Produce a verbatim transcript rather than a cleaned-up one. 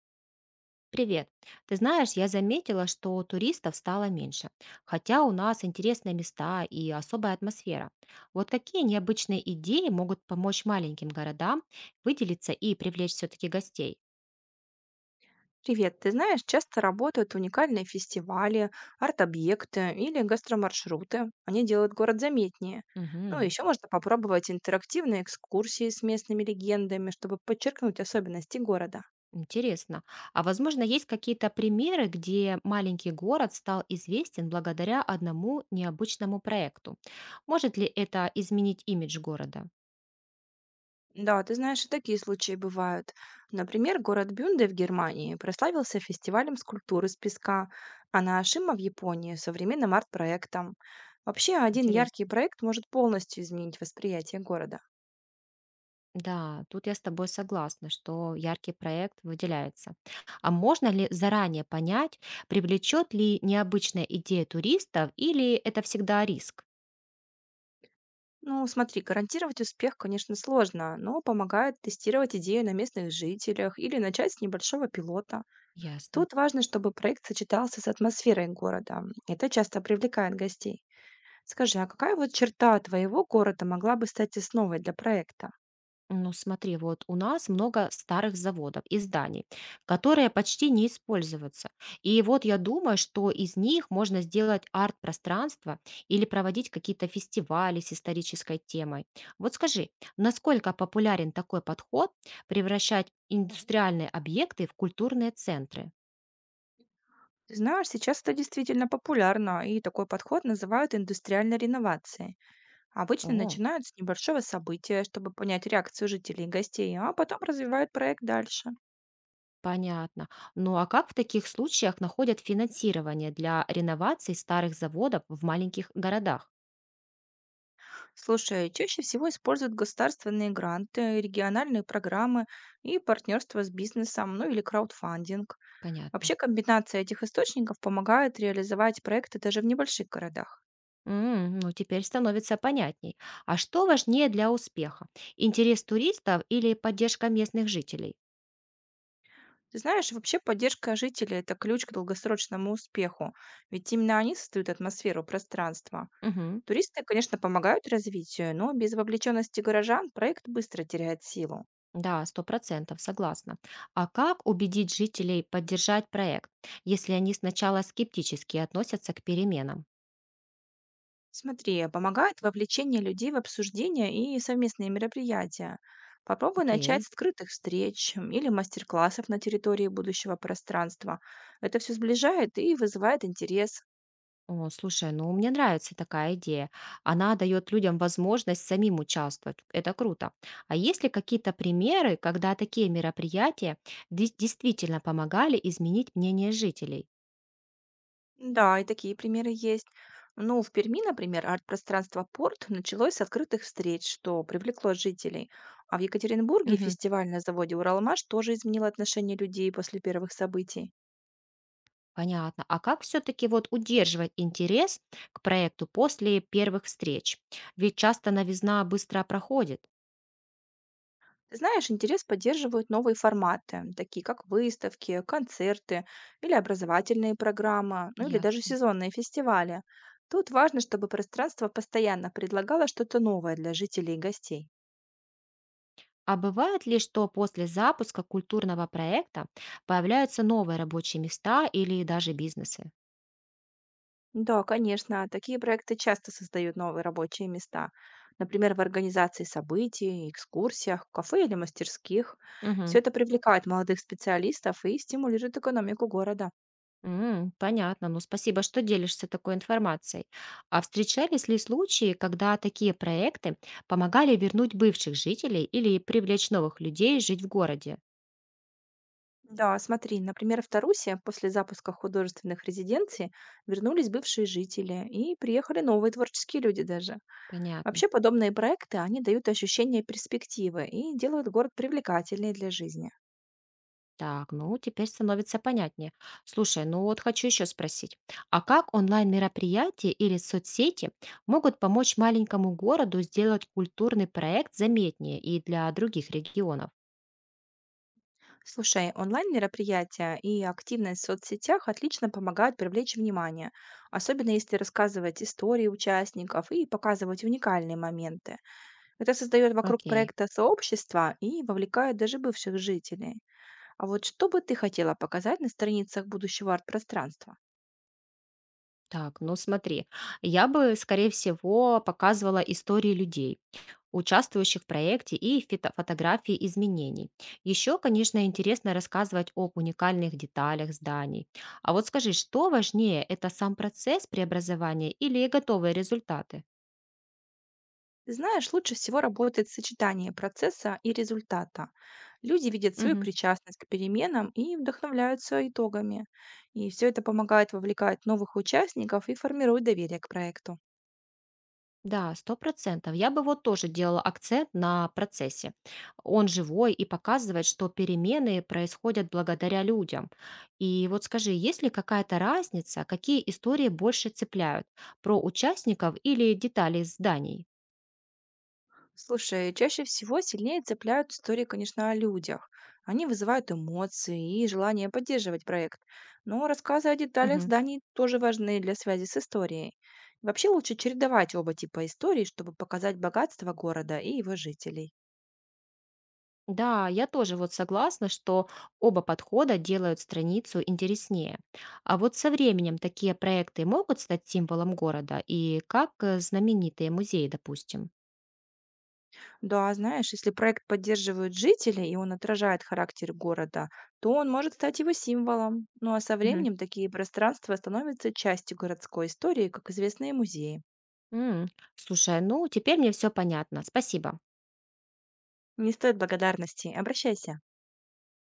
Привет. Ты знаешь, я заметила, что туристов стало меньше, хотя у нас интересные места и особая атмосфера. Вот какие необычные идеи могут помочь маленьким городам выделиться и привлечь все-таки гостей? Привет, ты знаешь, часто работают уникальные фестивали, арт-объекты или гастромаршруты. Они делают город заметнее. Ну, Мгм. еще можно попробовать интерактивные экскурсии с местными легендами, чтобы подчеркнуть особенности города. Интересно. А возможно, есть какие-то примеры, где маленький город стал известен благодаря одному необычному проекту? Может ли это изменить имидж города? Да, ты знаешь, и такие случаи бывают. Например, город Бюнде в Германии прославился фестивалем скульптуры из песка, а Наашима в Японии – современным арт-проектом. Вообще, один яркий Интересно. проект может полностью изменить восприятие города. Да, тут я с тобой согласна, что яркий проект выделяется. А можно ли заранее понять, привлечет ли необычная идея туристов или это всегда риск? Ну, смотри, гарантировать успех, конечно, сложно, но помогает тестировать идею на местных жителях или начать с небольшого пилота. Ясно. Тут важно, чтобы проект сочетался с атмосферой города. Это часто привлекает гостей. Скажи, а какая вот черта твоего города могла бы стать основой для проекта? Ну, смотри, вот у нас много старых заводов и зданий, которые почти не используются. И вот я думаю, что из них можно сделать арт-пространство или проводить какие-то фестивали с исторической темой. Вот скажи, насколько популярен такой подход превращать индустриальные объекты в культурные центры? Ты знаешь, сейчас это действительно популярно, и такой подход называют индустриальной реновацией. Обычно О, начинают с небольшого события, чтобы понять реакцию жителей и гостей, а потом развивают проект дальше. понятно. Ну а как в таких случаях находят финансирование для реновации старых заводов в маленьких городах? Слушай, чаще всего используют государственные гранты, региональные программы и партнерство с бизнесом, ну или краудфандинг. Понятно. Вообще комбинация этих источников помогает реализовать проекты даже в небольших городах. М, ну, теперь становится понятней. А что важнее для успеха? Интерес туристов или поддержка местных жителей? Ты знаешь, вообще поддержка жителей – это ключ к долгосрочному успеху, ведь именно они создают атмосферу пространства. Мгм. Туристы, конечно, помогают развитию, но без вовлеченности горожан проект быстро теряет силу. Да, сто процентов, согласна. А как убедить жителей поддержать проект, если они сначала скептически относятся к переменам? Смотри, помогает вовлечение людей в обсуждения и совместные мероприятия. Попробуй начать Окей. с открытых встреч м, или мастер-классов на территории будущего пространства. Это все сближает и вызывает интерес. О, слушай, ну мне нравится такая идея. Она дает людям возможность самим участвовать. Это круто. А есть ли какие-то примеры, когда такие мероприятия дес- действительно помогали изменить мнение жителей? Да, и такие примеры есть. Ну, в Перми, например, арт-пространство «Порт» началось с открытых встреч, что привлекло жителей. А в Екатеринбурге Мгм. фестиваль на заводе «Уралмаш» тоже изменил отношение людей после первых событий. Понятно. А как все-таки вот удерживать интерес к проекту после первых встреч? Ведь часто новизна быстро проходит. Ты знаешь, интерес поддерживают новые форматы, такие как выставки, концерты или образовательные программы, ну или даже Ясно. сезонные фестивали. Тут важно, чтобы пространство постоянно предлагало что-то новое для жителей и гостей. А бывает ли, что после запуска культурного проекта появляются новые рабочие места или даже бизнесы? Да, конечно, такие проекты часто создают новые рабочие места. Например, в организации событий, экскурсиях, кафе или мастерских. Все Мгм. это привлекает молодых специалистов и стимулирует экономику города. М, понятно. Ну, спасибо, что делишься такой информацией. А встречались ли случаи, когда такие проекты помогали вернуть бывших жителей или привлечь новых людей жить в городе? Да, смотри, например, в Тарусе после запуска художественных резиденций вернулись бывшие жители и приехали новые творческие люди даже. Понятно. Вообще подобные проекты, они дают ощущение перспективы и делают город привлекательнее для жизни. Так, ну теперь становится понятнее. Слушай, ну вот хочу еще спросить, а как онлайн-мероприятия или соцсети могут помочь маленькому городу сделать культурный проект заметнее и для других регионов? Слушай, онлайн-мероприятия и активность в соцсетях отлично помогают привлечь внимание, особенно если рассказывать истории участников и показывать уникальные моменты. Это создает вокруг Окей. проекта сообщество и вовлекает даже бывших жителей. А вот что бы ты хотела показать на страницах будущего арт-пространства? Так, ну смотри, я бы, скорее всего, показывала истории людей, участвующих в проекте, и фито- фотографии изменений. Еще, конечно, интересно рассказывать об уникальных деталях зданий. А вот скажи, что важнее, это сам процесс преобразования или готовые результаты? Знаешь, лучше всего работает сочетание процесса и результата. Люди видят свою Мгм. причастность к переменам и вдохновляются итогами. И все это помогает вовлекать новых участников и формирует доверие к проекту. Да, сто процентов. Я бы вот тоже делала акцент на процессе. Он живой и показывает, что перемены происходят благодаря людям. И вот скажи, есть ли какая-то разница, какие истории больше цепляют? Про участников или детали зданий? Слушай, чаще всего сильнее цепляют истории, конечно, о людях. Они вызывают эмоции и желание поддерживать проект. Но рассказы о деталях Мгм. зданий тоже важны для связи с историей. Вообще лучше чередовать оба типа историй, чтобы показать богатство города и его жителей. Да, я тоже вот согласна, что оба подхода делают страницу интереснее. А вот со временем такие проекты могут стать символом города и как э, знаменитые музеи, допустим. Да, знаешь, если проект поддерживают жители и он отражает характер города, то он может стать его символом. Ну а со Мгм. временем такие пространства становятся частью городской истории, как известные музеи. М, слушай, ну теперь мне все понятно. Спасибо. Не стоит благодарности, обращайся.